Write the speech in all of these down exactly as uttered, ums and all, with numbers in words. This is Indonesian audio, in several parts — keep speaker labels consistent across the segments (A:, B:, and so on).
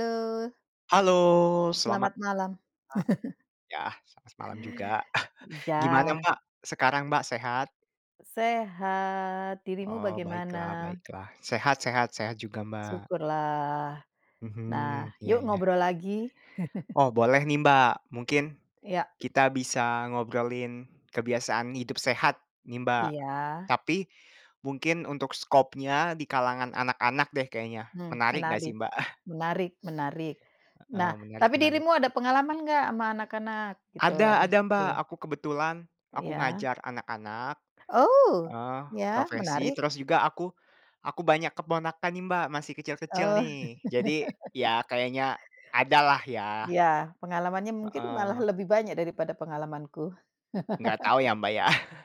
A: Halo,
B: Halo, selamat
A: selamat malam.
B: ya, selamat malam juga. Gimana,
A: Ya,
B: Mbak, sekarang, Mbak, sehat?
A: sehat. Dirimu
B: Oh,
A: bagaimana?
B: baiklah baiklah. Sehat sehat sehat juga, Mbak.
A: Syukurlah. Nah,
B: Mhm, iya
A: yuk
B: iya.
A: ngobrol lagi.
B: Oh, boleh nih, Mbak, mungkin
A: Ya,
B: kita bisa ngobrolin kebiasaan hidup sehat nih, Mbak.
A: iya.
B: Tapi mungkin untuk skopnya di kalangan anak-anak deh kayaknya.
A: Mhm,
B: Menarik nggak
A: menarik,
B: sih, Mbak?
A: menarik, menarik. Nah,
B: Eee, menarik
A: tapi
B: menarik.
A: dirimu ada pengalaman nggak sama anak-anak gitu,
B: Ada
A: anak
B: ada, Mbak,
A: kecil?
B: aku kebetulan aku
A: Iya.
B: ngajar anak-anak.
A: Oh,
B: Oh,
A: ya
B: profesi,
A: menarik.
B: terus juga aku aku banyak keponakan nih, Mbak, masih kecil-kecil
A: Oh,
B: nih. Jadi, ya kayaknya ada lah ya,
A: ya, pengalamannya mungkin
B: heeh,
A: malah lebih banyak daripada pengalamanku.
B: nggak tahu ya, Mbak, ya.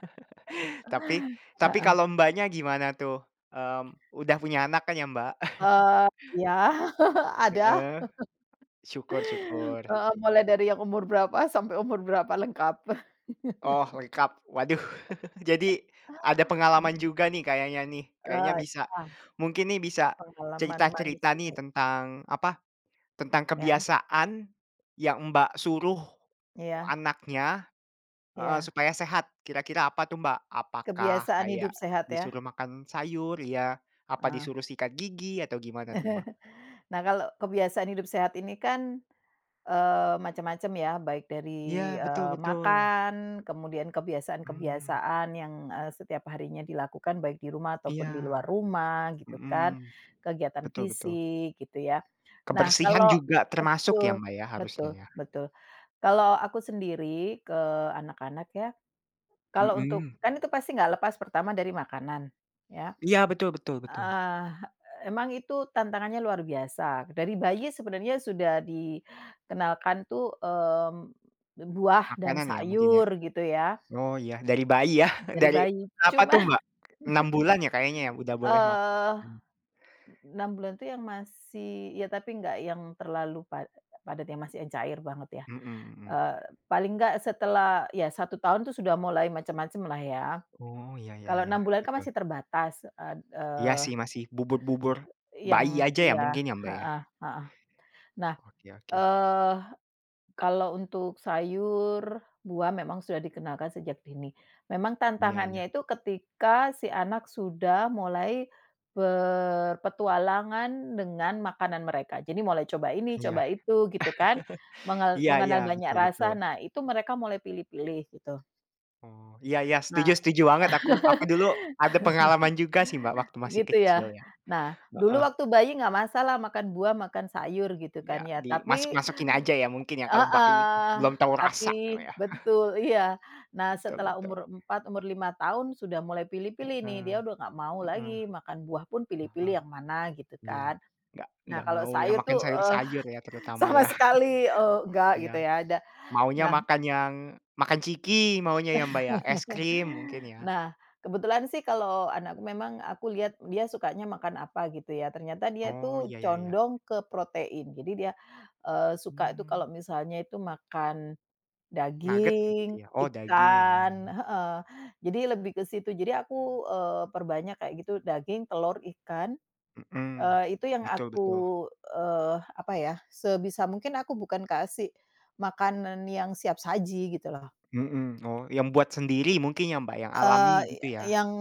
B: Tapi tapi
A: Heeh.
B: kalau Mbaknya gimana tuh? Mmm, udah punya anak kan ya, Mbak?
A: Eee, iya, ada.
B: Heeh, syukur syukur.
A: Heeh, mulai dari yang umur berapa sampai umur berapa lengkap.
B: Oh, lengkap. Waduh, jadi ada pengalaman juga nih kayaknya nih, kayaknya
A: Eee,
B: bisa
A: iya,
B: mungkin nih bisa
A: pengalaman manis
B: cerita-cerita nih
A: terbaik
B: tentang apa, tentang
A: ya,
B: kebiasaan yang Mbak suruh
A: iya
B: anaknya heeh,
A: iya,
B: supaya sehat. Kira-kira apa tuh, Mbak? Apakah
A: kebiasaan hidup
B: kayak
A: sehat ya,
B: disuruh makan sayur ya? Apa
A: heeh.
B: disuruh sikat gigi atau gimana tuh, Mbak?
A: Nah, kalau kebiasaan hidup sehat ini kan, eee, macam-macam ya baik
B: Iya,
A: dari,
B: betul
A: eee,
B: betul.
A: makan, kemudian
B: Mmm,
A: kebiasaan-kebiasaan yang, eee, setiap harinya dilakukan baik di rumah ataupun di
B: iya,
A: luar rumah gitu kan,
B: mhm,
A: kegiatan
B: betul betul.
A: fisik gitu ya. Nah
B: Kebersihan
A: kalau
B: juga termasuk ya,
A: betul
B: Mbak, ya harusnya
A: betul
B: ya?
A: betul. Kalau aku sendiri ke anak-anak ya, kalau untuk
B: Mhm.
A: kan itu pasti nggak lepas pertama dari makanan ya,
B: Iya, betul betul betul.
A: heeh, emang itu tantangannya luar biasa. Dari bayi sebenarnya sudah dikenalkan tuh, mmm, buah dan
B: Makanan ya mungkin ya?
A: sayur gitu ya,
B: Oh iya, dari bayi ya?
A: dari
B: Dari
A: bayi.
B: berapa
A: Cuma,
B: tuh, Mbak? Enam bulan ya kayaknya ya udah boleh makan?
A: eee, 6 bulan tuh yang masih ya tapi nggak yang terlalu pa padat yang masih yang cair banget ya.
B: Mhm mhm.
A: Eee, paling nggak setelah ya satu tahun tuh sudah mulai macam-macam lah ya.
B: Oh, iya iya
A: Kalau
B: iya,
A: enam bulan kan
B: betul.
A: masih terbatas, eee
B: Iya
A: eee,
B: sih masih bubur-bubur
A: yang
B: bayi aja ya
A: iya,
B: mungkin ya, Mbak, ya?
A: heeh heeh. Nah,
B: Oke oke.
A: eee, kalau untuk sayur, buah memang sudah dikenalkan sejak dini. Memang
B: Iya
A: tantangannya
B: iya.
A: itu ketika si anak sudah mulai berpetualangan dengan makanan mereka. Jadi mulai coba ini,
B: Iya.
A: coba itu gitu kan, mengal
B: Iya iya,
A: mengenal banyak
B: betul betul.
A: rasa. Nah, itu mereka mulai pilih-pilih gitu.
B: Oh, iya iya,
A: Nah,
B: setuju setuju banget aku. Aku dulu ada pengalaman juga sih, Mbak, waktu masih
A: gitu
B: kecil
A: ya.
B: ya.
A: Nah, dulu
B: Heeh,
A: waktu bayi nggak masalah makan buah, makan sayur gitu kan
B: iya
A: ya, tapi
B: dimasuk-masukin aja ya mungkin ya kalau bayi
A: heeh,
B: belum tahu
A: tapi
B: rasa ya,
A: betul, iya. Nah,
B: betul
A: setelah
B: betul.
A: umur empat umur lima tahun sudah mulai pilih-pilih nih, dia
B: Heeh
A: udah nggak mau
B: heeh,
A: lagi makan buah pun pilih-pilih
B: paham,
A: yang mana gitu
B: iya.
A: kan.
B: Nggak
A: Nah,
B: nggak
A: kalau
B: mau ya
A: sayur
B: makan
A: tuh, eee,
B: sayur-sayur ya terutama
A: sama
B: ya,
A: sekali, eee, enggak gitu
B: iya.
A: ya, ada
B: Maunya
A: nah.
B: makan yang makan ciki maunya ya, Mbak, ya? Es krim mungkin ya?
A: Nah, kebetulan sih kalau anakku memang aku lihat dia sukanya makan apa gitu ya. Ternyata dia
B: Oh,
A: itu
B: iya iya iya.
A: condong ke protein. Jadi dia, eee, suka itu kalau
B: Mmm,
A: misalnya itu makan
B: Nugget kayak gitu
A: daging,
B: ya? Oh, daging.
A: ikan heeh. Jadi lebih ke situ. Jadi aku, eee, perbanyak kayak gitu daging, telur, ikan,
B: Mhm.
A: eee, itu yang
B: Betul betul.
A: aku, eee, apa ya, sebisa mungkin aku bukan kasih makanan yang siap saji gitu loh.
B: Mhm. Oh, yang buat sendiri mungkin ya, Mbak, yang alami
A: Eee,
B: gitu ya?
A: yang,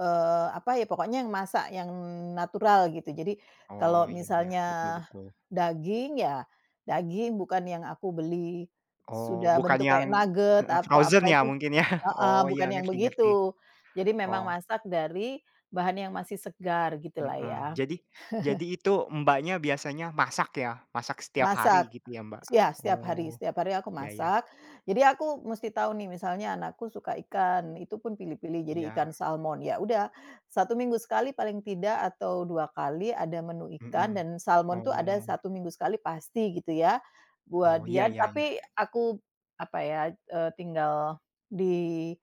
A: eee, apa ya, pokoknya yang masak yang natural gitu. Jadi
B: Oh,
A: kalau
B: iya iya,
A: misalnya
B: betul betul.
A: daging, ya daging bukan yang aku beli
B: Oh,
A: sudah
B: bukan
A: bentuk
B: yang
A: kayak nugget
B: heeh,
A: atau
B: frozen
A: apa
B: ya
A: itu
B: mungkin ya?
A: heeh,
B: Oh, iya
A: bukan yang
B: ngerti ngerti.
A: begitu. Jadi memang
B: Oh,
A: masak dari bahan yang masih segar gitulah
B: heeh.
A: ya.
B: Jadi jadi itu Mbaknya biasanya masak ya? Masak setiap
A: Masak.
B: hari gitu ya, Mbak?
A: Ya, setiap hari
B: Oh,
A: setiap hari aku
B: iya iya.
A: masak. Jadi aku mesti tahu nih misalnya anakku suka ikan, itu pun pilih-pilih, jadi ikan
B: Iya.
A: salmon. Ya udah, satu minggu sekali paling tidak atau dua kali ada menu ikan
B: Mhm.
A: dan salmon tuh ada
B: Oh
A: satu minggu sekali pasti gitu ya, buat
B: oh, iya
A: dia.
B: iya iya,
A: Tapi aku, apa ya, eee, tinggal di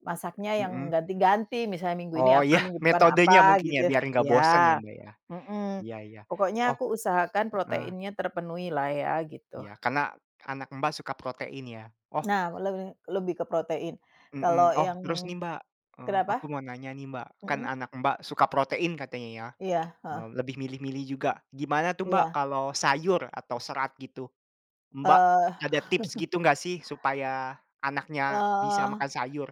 A: masaknya yang
B: mhm.
A: ganti-ganti, misalnya minggu ini
B: Oh
A: apa,
B: iya,
A: minggu depan
B: metodenya
A: apa
B: mungkin
A: gitu
B: ya, biar nggak
A: ya,
B: bosen ya, Mbak, ya?
A: mhm.
B: Iya iya.
A: Pokoknya
B: Oh,
A: aku usahakan
B: heeh,
A: proteinnya terpenuhi lah ya gitu.
B: iya, karena anak Mbak suka protein ya? Oh,
A: Nah, lebih lebih ke protein. Kalau
B: mhm. Oh,
A: yang
B: terus nih, Mbak, eee, aku
A: kenapa?
B: mau nanya nih, Mbak, kan
A: Mhm,
B: anak Mbak suka protein katanya ya,
A: iya, heeh,
B: eee, lebih milih-milih juga. Gimana tuh, Mbak,
A: iya,
B: kalau sayur atau serat gitu? Mbak
A: eee
B: ada tips gitu nggak sih supaya anaknya bisa
A: eee,
B: makan sayur?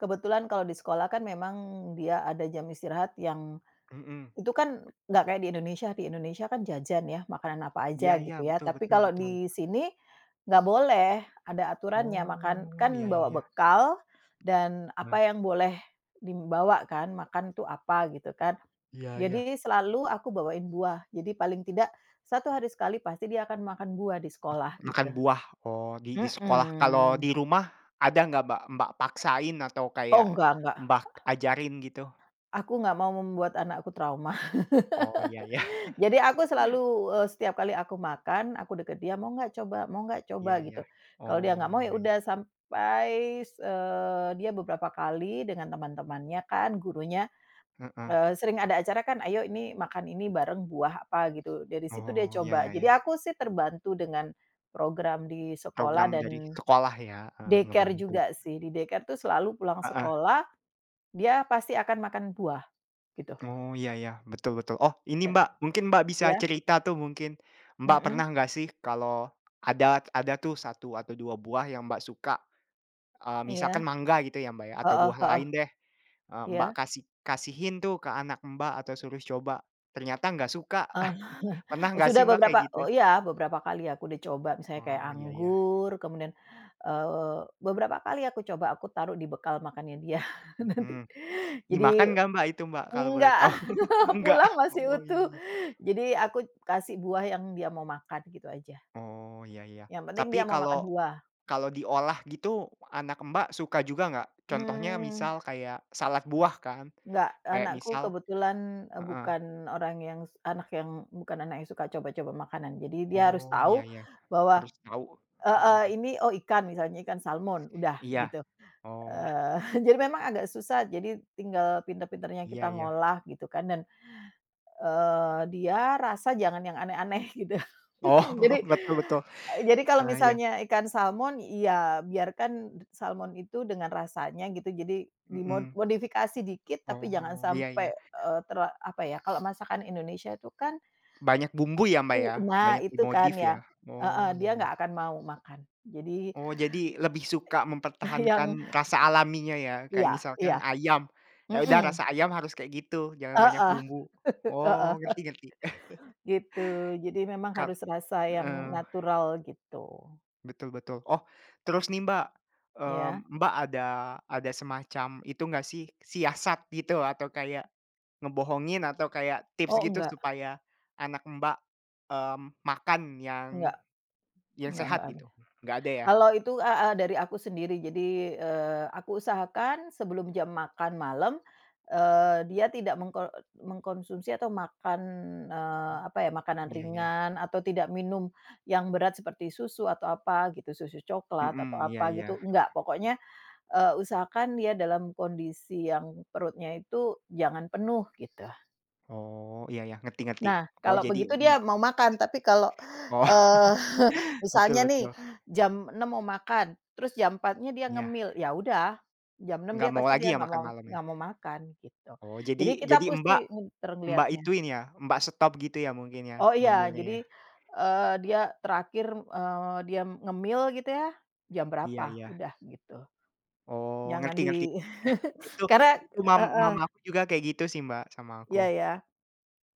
A: kebetulan kalau di sekolah kan memang dia ada jam istirahat yang
B: Mhm.
A: itu kan nggak kayak di Indonesia. Di Indonesia kan jajan ya, makanan apa
B: Iya
A: aja
B: iya,
A: gitu ya.
B: betul
A: Tapi
B: betul
A: kalau
B: betul.
A: di sini nggak boleh, ada aturannya makan
B: Oh, iya
A: kan
B: iya
A: bawa
B: iya.
A: bekal dan
B: Nah,
A: apa yang boleh dibawa kan, makan tuh apa gitu kan.
B: iya iya.
A: Jadi selalu aku bawain buah. Jadi paling tidak satu hari sekali pasti dia akan makan buah di sekolah gitu.
B: Makan buah, oh di di sekolah. Kalau
A: Mhm.
B: di rumah ada nggak Mbak Mbak paksain atau
A: Oh,
B: kayak
A: enggak enggak.
B: Mbak ajarin gitu?
A: Aku nggak mau membuat anakku trauma.
B: Oh iya ya,
A: Jadi aku selalu, eee, setiap kali aku makan, aku deket dia, "Mau nggak coba mau nggak coba?"
B: iya
A: gitu.
B: ya.
A: Kalau dia nggak
B: Oh
A: mau, ya
B: iya ya,
A: udah sampai, eee, dia beberapa kali dengan teman-temannya kan, gurunya,
B: heeh.
A: eee, sering ada acara kan, "Ayo ini makan ini bareng buah apa," gitu. Dari situ dia
B: Oh iya
A: coba.
B: ya ya.
A: Jadi aku sih terbantu dengan program di sekolah
B: Program dari
A: dan
B: sekolah ya, heeh,
A: daycare
B: ngebantu.
A: juga sih. Di daycare tuh selalu pulang
B: Heeh.
A: sekolah, dia pasti akan makan buah gitu.
B: Oh iya ya betul betul. Oh ini
A: Dan
B: Mbak, mungkin Mbak bisa
A: iya,
B: cerita tuh mungkin, Mbak
A: mhm,
B: pernah nggak sih kalau ada ada tuh satu atau dua buah yang Mbak suka. Eee,
A: iya,
B: misalkan mangga gitu ya, Mbak, ya, atau
A: heeh
B: buah
A: heeh,
B: lain deh, eee, Mbak,
A: iya.
B: kasih kasihin tuh ke anak Mbak, atau suruh coba, ternyata nggak suka.
A: Eh,
B: Pernah nggak
A: sudah
B: sih, Mbak, kayak
A: beberapa
B: gitu?
A: oh iya, beberapa kali aku udah coba misalnya kayak
B: Oh, iya iya,
A: anggur, kemudian, eee, beberapa kali aku coba aku taruh di bekal makannya dia nanti.
B: mhm. Dimakan
A: Jadi
B: nggak, Mbak, itu, Mbak, kalau boleh
A: enggak,
B: tahu? Enggak?
A: pulang masih
B: Oh, iya
A: utuh.
B: iya.
A: Jadi aku kasih buah yang dia mau makan gitu aja,
B: Oh, iya iya.
A: yang penting dia
B: Tapi
A: mau makan
B: kalau
A: buah.
B: kalau diolah gitu, anak Mbak, suka juga nggak? Contohnya
A: Mmm,
B: misal kayak salad buah kan,
A: enggak,
B: kayak
A: anakku
B: misal
A: kebetulan, eee,
B: heeh.
A: bukan orang yang anak yang bukan anak yang suka coba-coba makanan. Jadi dia harus
B: Oh, iya
A: tahu
B: iya.
A: bahwa
B: Harus tahu.
A: heeh,
B: Mhm.
A: ini, oh ikan misalnya, ikan salmon, udah
B: Iya.
A: gitu.
B: Oh,
A: Eee, jadi memang agak susah, jadi tinggal pinter-pinternya
B: iya
A: kita
B: iya.
A: ngolah gitu kan dan, eee, dia rasa jangan yang aneh-aneh gitu.
B: Oh,
A: Jadi,
B: betul betul.
A: eee, jadi kalau
B: Ah, iya,
A: misalnya ikan salmon, ya biarkan salmon itu dengan rasanya gitu, jadi dimod
B: mhm.
A: modifikasi dikit tapi jangan
B: Oh, iya iya.
A: sampai, eee, tera apa ya, kalau masakan Indonesia itu kan
B: Banyak bumbu ya, Mbak,
A: ku
B: ya?
A: nah
B: Banyak
A: itu kan
B: dimodif
A: ya
B: ya?
A: heeh,
B: Oh,
A: dia
B: iya iya.
A: nggak akan mau makan. Jadi
B: Oh, jadi lebih suka
A: yang
B: mempertahankan rasa alaminya ya? Kayak
A: iya
B: misalkan
A: iya.
B: ayam, ya udah
A: Mhm.
B: rasa ayam harus kayak gitu, jangan
A: Heeh
B: banyak bumbu. Oh,
A: heeh,
B: ngerti ngerti.
A: gitu. Jadi memang
B: Kal
A: harus rasa yang
B: heeh,
A: natural gitu,
B: betul betul. Oh, terus nih, Mbak, mmm,
A: ya.
B: Mbak, ada ada semacam itu nggak sih, siasat gitu atau kayak ngebohongin atau kayak tips
A: Oh,
B: gitu
A: enggak
B: supaya anak Mbak, mmm, makan yang
A: enggak
B: yang
A: enggak
B: sehat
A: enggak ada.
B: gitu? Nggak ada ya?
A: Kalau itu heeh, dari aku sendiri. Jadi, eee, aku usahakan sebelum jam makan malam, eee, dia tidak mengko mengkonsumsi atau makan, eee,
B: Mmm,
A: apa ya, makanan
B: iya iya.
A: ringan atau tidak minum yang berat seperti susu atau apa gitu, susu coklat
B: Mhm,
A: atau
B: iya
A: apa
B: iya.
A: gitu, enggak. Pokoknya eee, usahakan dia dalam kondisi yang perutnya itu jangan penuh gitu.
B: Oh, iya iya, ngerti ngerti.
A: Nah,
B: Oh
A: kalau
B: jadi
A: begitu dia
B: Mbak
A: mau makan, tapi kalau,
B: oh,
A: eee, misalnya
B: betul
A: nih
B: betul.
A: jam enam mau makan, terus jam empatnya dia
B: Iya,
A: ngemil, ya udah jam enam
B: nggak
A: dia
B: mau
A: pasti
B: lagi
A: dia
B: ya
A: nggak
B: makan
A: mau
B: malam ya?
A: nggak mau makan gitu.
B: Oh
A: Jadi
B: jadi
A: kita
B: jadi
A: pasti
B: Mbak
A: pinter
B: Mbak
A: ngelihatnya.
B: ituin ya, Mbak stop gitu ya mungkin ya,
A: Oh iya,
B: ngemilnya ya?
A: jadi, eee, dia terakhir, eee, dia ngemil gitu ya, jam
B: Iya
A: berapa,
B: iya.
A: udah gitu.
B: Oh,
A: Jangan
B: ngerti ngerti.
A: di
B: Itu
A: karena
B: itu mam
A: heeh,
B: mama aku juga kayak gitu sih Mbak, sama aku.
A: iya ya.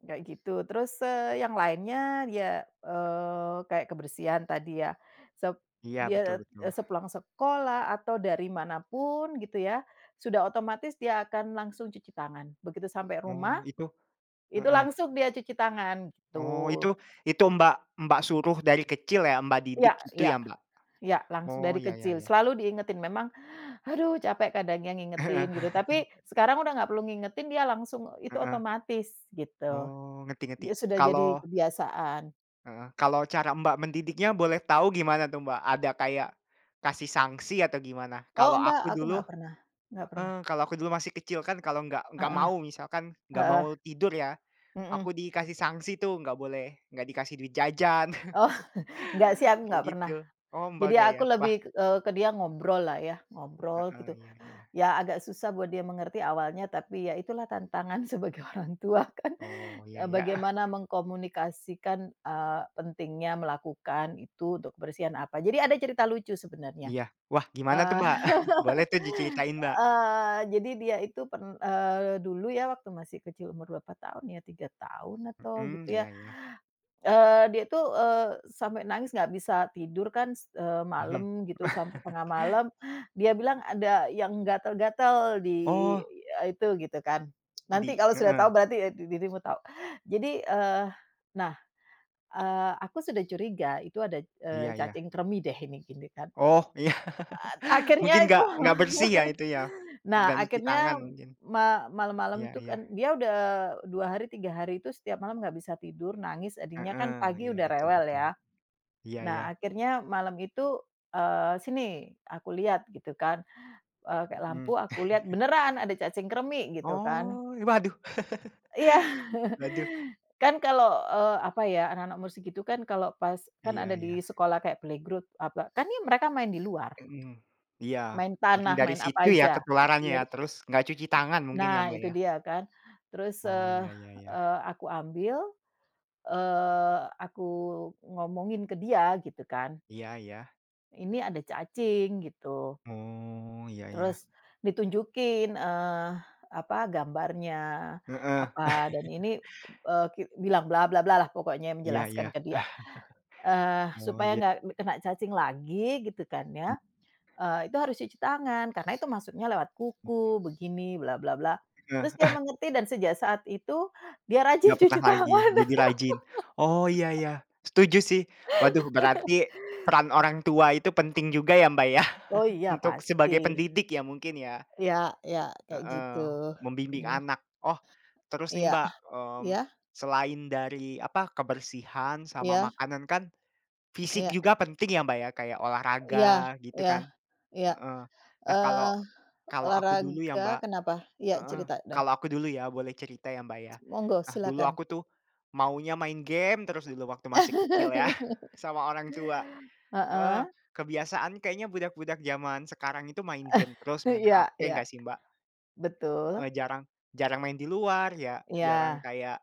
A: Ya. Kayak gitu. Terus, eee, yang lainnya dia eee, kayak kebersihan tadi ya. Sep
B: Iya, betul
A: dia,
B: betul.
A: eee, sepulang sekolah atau dari manapun gitu ya, sudah otomatis dia akan langsung cuci tangan. Begitu sampai rumah,
B: Oh, itu
A: itu
B: heeh.
A: langsung dia cuci tangan,
B: Oh,
A: gitu.
B: itu itu Mbak Mbak suruh dari kecil ya, Mbak
A: Ya
B: didik gitu
A: ya
B: ya, Mbak?
A: ya, langsung
B: Oh,
A: dari
B: ya ya
A: kecil.
B: ya.
A: Selalu diingetin, memang aduh capek kadang yang ngingetin gitu, tapi sekarang udah nggak perlu ngingetin, dia langsung itu
B: Heeh heeh.
A: otomatis gitu.
B: Oh, ngerti ngerti.
A: Ya sudah jadi
B: Kalau
A: kebiasaan.
B: heeh, kalau cara Mbak mendidiknya boleh tahu gimana tuh, Mbak? Ada kayak kasih sanksi atau gimana?
A: Oh,
B: Kalau
A: enggak,
B: aku
A: aku
B: dulu
A: nggak pernah nggak pernah.
B: heeh, kalau aku dulu masih kecil kan kalau nggak nggak
A: Heeh
B: mau misalkan nggak
A: heeh,
B: mau tidur ya,
A: mhm.
B: aku dikasih sanksi tuh, nggak boleh nggak dikasih duit jajan,
A: Oh, nggak sih aku
B: kayak
A: nggak pernah.
B: gitu. Oh, Mbak
A: Jadi
B: nggak ya?
A: aku
B: Wah
A: lebih, eee, ke dia ngobrol lah ya, ngobrol
B: heeh,
A: gitu.
B: iya iya.
A: Ya agak susah buat dia mengerti awalnya, tapi ya itulah tantangan sebagai orang tua kan,
B: Oh, iya
A: eee,
B: ya.
A: bagaimana mengkomunikasikan, eee, pentingnya melakukan itu untuk kebersihan apa. Jadi ada cerita lucu sebenarnya,
B: Iya. Wah, gimana tuh,
A: eee,
B: Mbak? Boleh tuh diceritain,
A: eee,
B: Mbak.
A: jadi dia itu pen eee, dulu ya waktu masih kecil umur berapa tahun ya, tiga tahun atau
B: Mhm,
A: gitu ya.
B: iya iya.
A: Eee, dia tuh, eee, sampai nangis nggak bisa tidur kan, s eee,
B: Mhm.
A: malam gitu sampai tengah malam. Dia bilang ada yang gatal-gatal di
B: Oh,
A: eee, itu gitu kan. Nanti
B: di
A: kalau sudah
B: heeh.
A: tahu berarti, eee, di dirimu tahu. Jadi, eee, nah, eee, aku sudah curiga itu ada, eee,
B: Iya iya.
A: cacing kremi deh ini gini kan.
B: Oh, iya.
A: A akhirnya
B: Mungkin
A: itu
B: nggak nggak bersih ya itu ya,
A: nah
B: nggak nyuci
A: akhirnya
B: tangan mungkin.
A: ma malam-malam
B: Iya
A: tuh
B: iya.
A: kan dia udah dua hari, tiga hari itu setiap malam nggak bisa tidur, nangis, Adinya kan
B: Heeh,
A: pagi
B: iya
A: udah
B: betul
A: rewel
B: betul.
A: ya.
B: Iya iya.
A: Nah, akhirnya malam itu, eee, sini aku lihat gitu kan, eee, kayak
B: Mhm.
A: lampu aku lihat beneran ada cacing kremi gitu kan.
B: Oh, waduh
A: Iya.
B: waduh.
A: Kan kalau, eee, apa ya, anak-anak umur segitu kan kalau pas kan ada
B: Iya iya.
A: di sekolah kayak playgroup apa, kan ya mereka main di luar,
B: Mhm. Iya,
A: main
B: mungkin
A: tanah,
B: dari
A: main apa
B: situ ya
A: aja.
B: ketularannya ya,
A: Dari
B: terus nggak cuci tangan mungkin ya,
A: nah
B: Mbak,
A: itu
B: ya?
A: dia kan. Terus,
B: Oh,
A: eee
B: iya iya iya.
A: eee, aku ambil, eee, aku ngomongin ke dia gitu kan,
B: Iya iya.
A: "Ini ada cacing," gitu.
B: Oh, iya iya.
A: Terus ditunjukin, eee, apa, gambarnya,
B: Heeh.
A: apa, dan ini, eee, ki bilang bla bla bla lah pokoknya
B: Iya iya.
A: menjelaskan ke dia,
B: Ah,
A: eee,
B: oh,
A: supaya
B: iya.
A: nggak kena cacing lagi gitu kan ya, eee, itu harus cuci tangan karena itu masuknya lewat kuku, begini, bla bla bla.
B: Heeh,
A: Terus dia mengerti dan sejak saat itu dia rajin
B: nggak
A: cuci
B: pernah lagi,
A: tangan.
B: jadi rajin. Oh, iya iya, setuju sih. Waduh, berarti peran orang tua itu penting juga ya, Mbak, ya,
A: Oh iya,
B: untuk sebagai
A: pasti.
B: pendidik ya mungkin ya?
A: Ya ya kayak
B: Heeh,
A: gitu.
B: membimbing
A: Mmm,
B: anak. Oh, terus nih,
A: iya,
B: Mbak, mmm,
A: iya
B: selain dari apa, kebersihan sama
A: iya
B: makanan kan fisik
A: iya
B: juga penting ya, Mbak, ya, kayak
A: iya
B: olahraga gitu
A: iya
B: kan?
A: iya.
B: Heeh. Nah, kalau
A: Eee,
B: kalau aku dulu ya,
A: olahraga
B: Mbak.
A: kenapa? Iya,
B: Heeh,
A: cerita dong,
B: kalau aku dulu ya boleh cerita ya, Mbak, ya.
A: monggo
B: Nah dulu
A: silakan.
B: aku tuh maunya main game terus dulu waktu masih kecil ya, sama orang tua.
A: Heeh,
B: Heeh, kebiasaan kayaknya budak-budak zaman sekarang itu main game terus, main
A: iya
B: H P
A: iya,
B: nggak sih, Mbak?
A: betul.
B: Heeh, jarang jarang main di luar ya, jarang
A: Iya
B: kayak,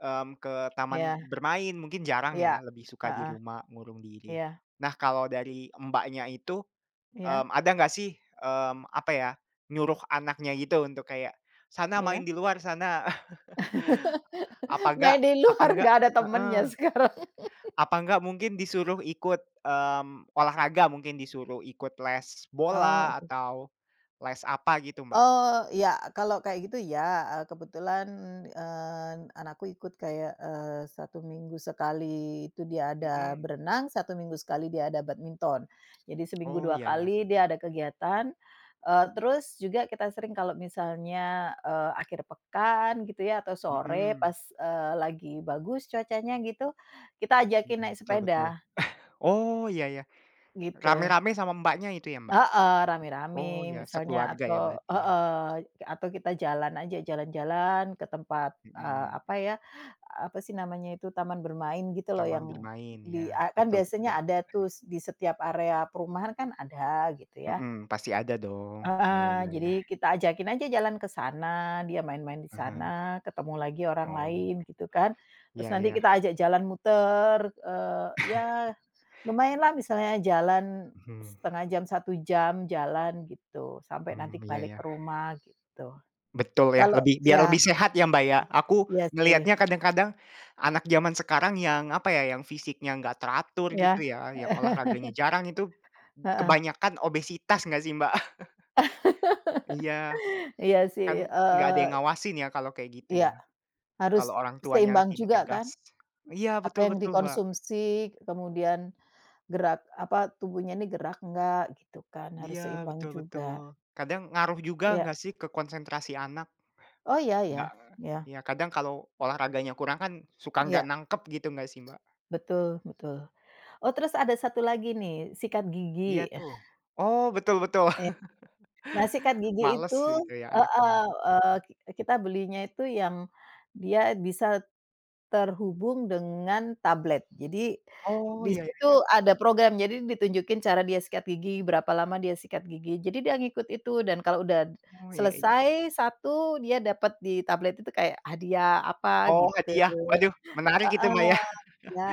B: mmm, ke taman
A: iya
B: bermain mungkin jarang
A: iya,
B: ya, lebih suka di
A: heeh,
B: rumah ngurung diri.
A: iya
B: Nah kalau dari Mbaknya itu, mmm,
A: iya
B: ada nggak sih, mmm, apa ya, nyuruh anaknya gitu untuk kayak, "Sana
A: iya.
B: main di luar sana." Apa enggak
A: Main di
B: apa
A: luar
B: enggak
A: nggak ada temennya
B: heeh,
A: sekarang.
B: apa enggak mungkin disuruh ikut, mmm, olahraga mungkin disuruh ikut les
A: Oh.
B: bola atau les apa gitu, Mbak.
A: Oh ya, kalau kayak gitu ya eee, kebetulan, eee, anakku ikut kayak, eee, satu minggu sekali minggu sekali itu dia ada
B: Mhm.
A: berenang, satu minggu sekali dia ada badminton. Jadi seminggu
B: Oh,
A: dua
B: iya iya.
A: kali dia ada kegiatan, eee, terus juga kita sering kalau misalnya, eee, akhir pekan gitu ya atau sore
B: Mhm,
A: pas, eee, lagi bagus cuacanya gitu, kita ajakin
B: mhm,
A: naik
B: betul betul.
A: sepeda,
B: Oh, iya iya.
A: gitu.
B: Rame-rame sama Mbaknya itu ya, Mbak?
A: Heeh,
B: Oh,
A: rame-rame
B: ya
A: misalnya
B: sekeluarga ya
A: atau
B: berarti ya?
A: heeh, atau kita jalan aja, jalan-jalan ke tempat, eee,
B: Mhm,
A: apa ya, apa sih namanya itu, taman bermain gitu loh
B: taman
A: yang
B: bermain,
A: di
B: ya,
A: a kan
B: betul betul.
A: biasanya ada tuh s di setiap area perumahan kan ada gitu ya.
B: Mhm, pasti ada dong. Oh,
A: Heeh,
B: iya
A: jadi
B: iya.
A: kita ajakin aja jalan ke sana, dia main-main di
B: Ah hah.
A: sana, ketemu lagi orang
B: Oh,
A: lain gitu kan. Terus
B: iya
A: nanti
B: iya.
A: kita ajak jalan muter, eee, ya lumayanlah misalnya jalan
B: Mhm,
A: setengah jam, satu jam jalan gitu, sampai nanti
B: mmm, iya
A: balik
B: iya.
A: ke rumah gitu.
B: Betul ya,
A: Kalau
B: lebih biar
A: ya
B: lebih sehat ya, Mbak, ya. Aku
A: iya sih,
B: ngelihatnya kadang-kadang anak zaman sekarang yang, apa ya, yang fisiknya nggak teratur
A: ya
B: gitu ya, yang olahraganya jarang itu
A: heeh,
B: kebanyakan obesitas nggak sih, Mbak? Iya,
A: iya sih,
B: kan nggak ada
A: eee,
B: yang ngawasin ya kalau kayak gitu ya,
A: iya
B: kalau
A: harus
B: orang tuanya
A: seimbang
B: tidak
A: juga
B: tegas.
A: kan,
B: Iya,
A: apa
B: betul
A: yang
B: betul, Mbak.
A: dikonsumsi kemudian gerak apa, tubuhnya ini gerak enggak gitu kan, harus
B: Iya,
A: seimbang
B: betul
A: juga,
B: betul. Kadang ngaruh juga
A: iya.
B: nggak sih ke konsentrasi anak?
A: Oh iya ya,
B: Nggak
A: iya
B: iya, kadang kalau olahraganya kurang kan suka
A: iya,
B: nggak nangkep gitu nggak sih, Mbak?
A: betul betul. Oh, terus ada satu lagi nih, sikat
B: Iya
A: gigi.
B: tuh. Oh, betul betul.
A: Iya. Nah, sikat gigi itu
B: Males gitu ya anaknya.
A: heeh, eee, ki kita belinya itu yang dia bisa terhubung dengan tablet. Jadi,
B: Oh,
A: di
B: iya
A: situ
B: iya.
A: ada program, jadi ditunjukin cara dia sikat gigi, berapa lama dia sikat gigi, jadi dia ngikut itu dan kalau udah
B: Oh, iya iya.
A: selesai satu dia dapat di tablet itu kayak hadiah apa
B: Oh,
A: gitu.
B: hadiah. Waduh, menarik itu, Mbak,
A: Heeh,
B: ya.
A: iya.